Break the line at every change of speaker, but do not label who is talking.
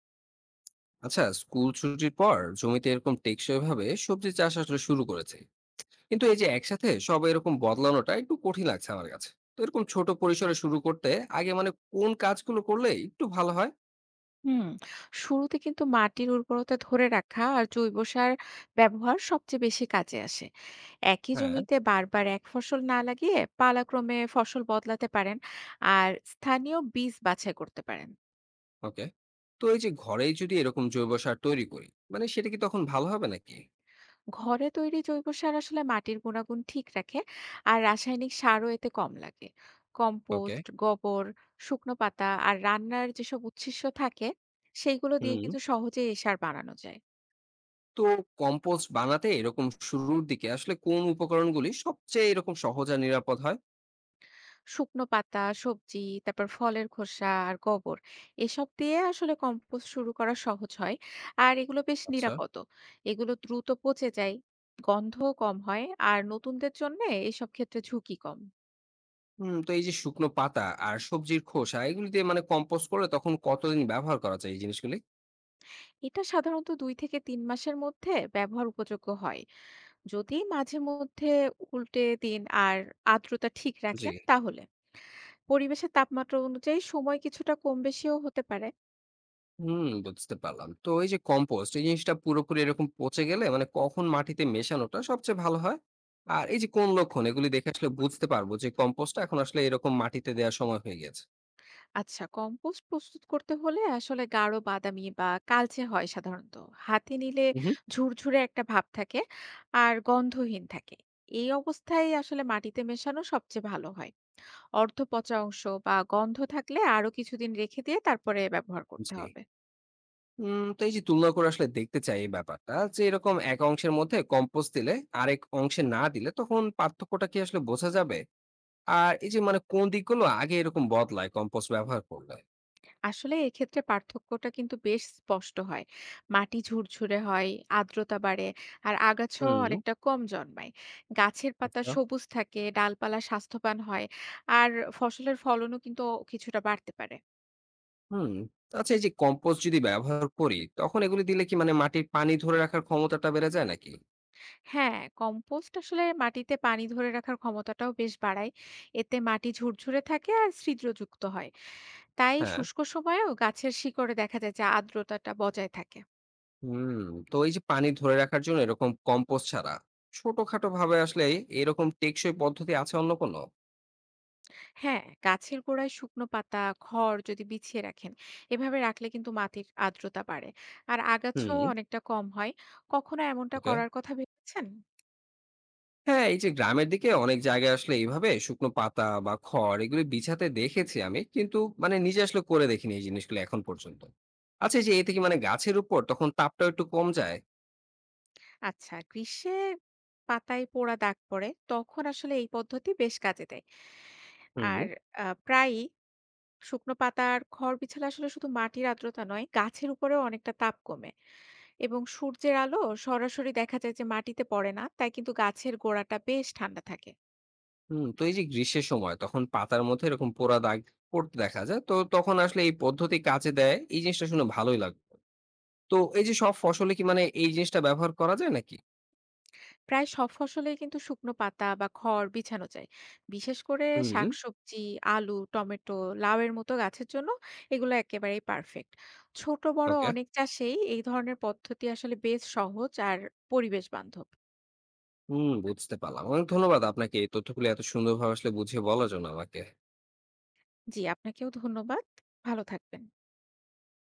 আচ্ছা, স্কুল ছুটির পর জমিতে এরকম টেকসই ভাবে সবজি চাষ আসলে শুরু করেছে, কিন্তু এই যে একসাথে সবাই এরকম বদলানোটা একটু কঠিন লাগছে আমার কাছে। তো এরকম ছোট পরিসরে শুরু করতে আগে মানে কোন কাজগুলো করলে একটু ভালো হয়?
হুম, শুরুতে কিন্তু মাটির উর্বরতা ধরে রাখা আর জৈব সার ব্যবহার সবচেয়ে বেশি কাজে আসে। একই
হ্যাঁ।
জমিতে বারবার এক ফসল না লাগিয়ে পালাক্রমে ফসল বদলাতে পারেন আর স্থানীয় বীজ বাছাই করতে পারেন।
ওকে। তো এই যে ঘরেই যদি এরকম জৈব সার তৈরি করি, মানে সেটা কি তখন ভালো হবে নাকি?
ঘরে তৈরি জৈব সার আসলে মাটির গুণাগুণ ঠিক রাখে আর রাসায়নিক সারও এতে কম লাগে।
ওকে।
কম্পোস্ট, গোবর, শুকনো পাতা আর রান্নার যেসব উচ্ছিষ্ট থাকে সেইগুলো দিয়ে
হুম।
কিন্তু সহজেই এই সার বানানো যায়।
তো কম্পোস্ট বানাতে এরকম শুরুর দিকে আসলে কোন উপকরণগুলি সবচেয়ে এরকম সহজ আর নিরাপদ হয়?
শুকনো পাতা, সবজি, তারপর ফলের খোসা আর গোবর এসব দিয়ে আসলে কম্পোস্ট শুরু করা সহজ হয়। আর এগুলো বেশ
আচ্ছা।
নিরাপদও। এগুলো দ্রুত পচে যায়, গন্ধও কম হয় আর নতুনদের জন্যে এসব ক্ষেত্রে ঝুঁকি কম।
হুম। তো এই যে শুকনো পাতা আর সবজির খোসা এগুলি দিয়ে মানে কম্পোস্ট করলে তখন কতদিন ব্যবহার করা যায় এই জিনিসগুলি?
এটা সাধারণত ২-৩ মাসের মধ্যে ব্যবহার উপযোগ্য হয়, যদি মাঝে মধ্যে উল্টে দিন আর আর্দ্রতা ঠিক
জি।
রাখেন তাহলে। পরিবেশের তাপমাত্রা অনুযায়ী সময় কিছুটা কম বেশিও হতে পারে।
হুম, বুঝতে পারলাম। তো এই যে কম্পোস্ট এই জিনিসটা পুরোপুরি এরকম পচে গেলে মানে কখন মাটিতে মেশানোটা সবচেয়ে ভালো হয়? আর এই যে কোন লক্ষণ এগুলি দেখে আসলে বুঝতে পারবো যে কম্পোস্টটা এখন আসলে এরকম মাটিতে দেওয়ার সময় হয়ে গেছে?
আচ্ছা, কম্পোস্ট প্রস্তুত করতে হলে আসলে গাঢ় বাদামি বা কালচে হয় সাধারণত। হাতে নিলে
হুম।
ঝুরঝুরে একটা ভাব থাকে আর গন্ধহীন থাকে। এই অবস্থায় আসলে মাটিতে মেশানো সবচেয়ে ভালো হয়। অর্ধপচা অংশ বা গন্ধ থাকলে আরো কিছুদিন রেখে দিয়ে তারপরে ব্যবহার করতে
জি।
হবে।
হুম। তো এই যে তুলনা করে আসলে দেখতে চাই এই ব্যাপারটা, যে এরকম এক অংশের মধ্যে কম্পোস্ট দিলে আরেক অংশে না দিলে তখন পার্থক্যটা কি আসলে বোঝা যাবে? আর এই যে মানে কোন দিকগুলো আগে এরকম বদলায় কম্পোস্ট ব্যবহার করলে?
আসলে এক্ষেত্রে পার্থক্যটা কিন্তু বেশ স্পষ্ট হয়। মাটি ঝুরঝুরে হয়, আর্দ্রতা বাড়ে আর আগাছাও
হুম।
অনেকটা কম জন্মায়। গাছের পাতা
আচ্ছা।
সবুজ থাকে, ডালপালা স্বাস্থ্যবান হয় আর ফসলের ফলনও কিন্তু কিছুটা বাড়তে পারে।
হুম। আচ্ছা, এই যে কম্পোস্ট যদি ব্যবহার করি তখন এগুলি দিলে কি মানে মাটির পানি ধরে রাখার ক্ষমতাটা বেড়ে যায় নাকি?
হ্যাঁ, কম্পোস্ট আসলে মাটিতে পানি ধরে রাখার ক্ষমতাটাও বেশ বাড়ায়। এতে মাটি ঝুরঝুরে থাকে আর ছিদ্রযুক্ত হয়। তাই
হ্যাঁ।
শুষ্ক সময়েও গাছের শিকড়ে দেখা যায় যে আর্দ্রতাটা বজায় থাকে।
হুম। তো এই যে পানি ধরে রাখার জন্য এরকম কম্পোস্ট ছাড়া ছোটখাটো ভাবে আসলে এরকম টেকসই পদ্ধতি আছে অন্য কোনো?
হ্যাঁ, গাছের গোড়ায় শুকনো পাতা, খড় যদি বিছিয়ে রাখেন, এভাবে রাখলে কিন্তু মাটির আর্দ্রতা বাড়ে। আর আগাছাও
হুম।
অনেকটা কম হয়। কখনো এমনটা
ওকে।
করার কথা ভেবেছেন?
হ্যাঁ, এই যে গ্রামের দিকে অনেক জায়গায় আসলে এইভাবে শুকনো পাতা বা খড় এগুলো বিছাতে দেখেছি আমি। কিন্তু মানে নিজে আসলে করে দেখিনি এই জিনিসগুলো এখন পর্যন্ত। আচ্ছা, এই যে এতে কি মানে গাছের উপর তখন তাপটাও একটু কম যায়?
আচ্ছা, গ্রীষ্মে পাতায় পোড়া দাগ পড়ে, তখন আসলে এই পদ্ধতি বেশ কাজে দেয়।
হুম।
আর প্রায়ই শুকনো পাতা আর খড় বিছালে আসলে শুধু মাটির আর্দ্রতা নয়, গাছের উপরেও অনেকটা তাপ কমে এবং সূর্যের আলো সরাসরি দেখা যায় যে মাটিতে পড়ে না, তাই কিন্তু গাছের গোড়াটা বেশ ঠান্ডা থাকে।
হুম, তো এই যে গ্রীষ্মের সময় তখন পাতার মধ্যে এরকম পোড়া দাগ পড়তে দেখা যায়। তো তখন আসলে এই পদ্ধতি কাজে দেয়, এই জিনিসটা শুনে ভালোই লাগলো। তো এই যে সব ফসলে কি মানে এই জিনিসটা ব্যবহার করা যায় নাকি?
প্রায় সব ফসলেই কিন্তু শুকনো পাতা বা খড় বিছানো যায়। বিশেষ করে
হুম।
শাকসবজি, আলু, টমেটো, লাউয়ের মতো গাছের জন্য এগুলো একেবারেই পারফেক্ট। ছোট বড়
ওকে।
অনেক চাষেই এই ধরনের পদ্ধতি আসলে বেশ সহজ আর পরিবেশ বান্ধব।
হুম, বুঝতে পারলাম। অনেক ধন্যবাদ আপনাকে এই তথ্যগুলো এত সুন্দরভাবে আসলে বুঝিয়ে বলার জন্য আমাকে।
জি, আপনাকেও ধন্যবাদ। ভালো থাকবেন।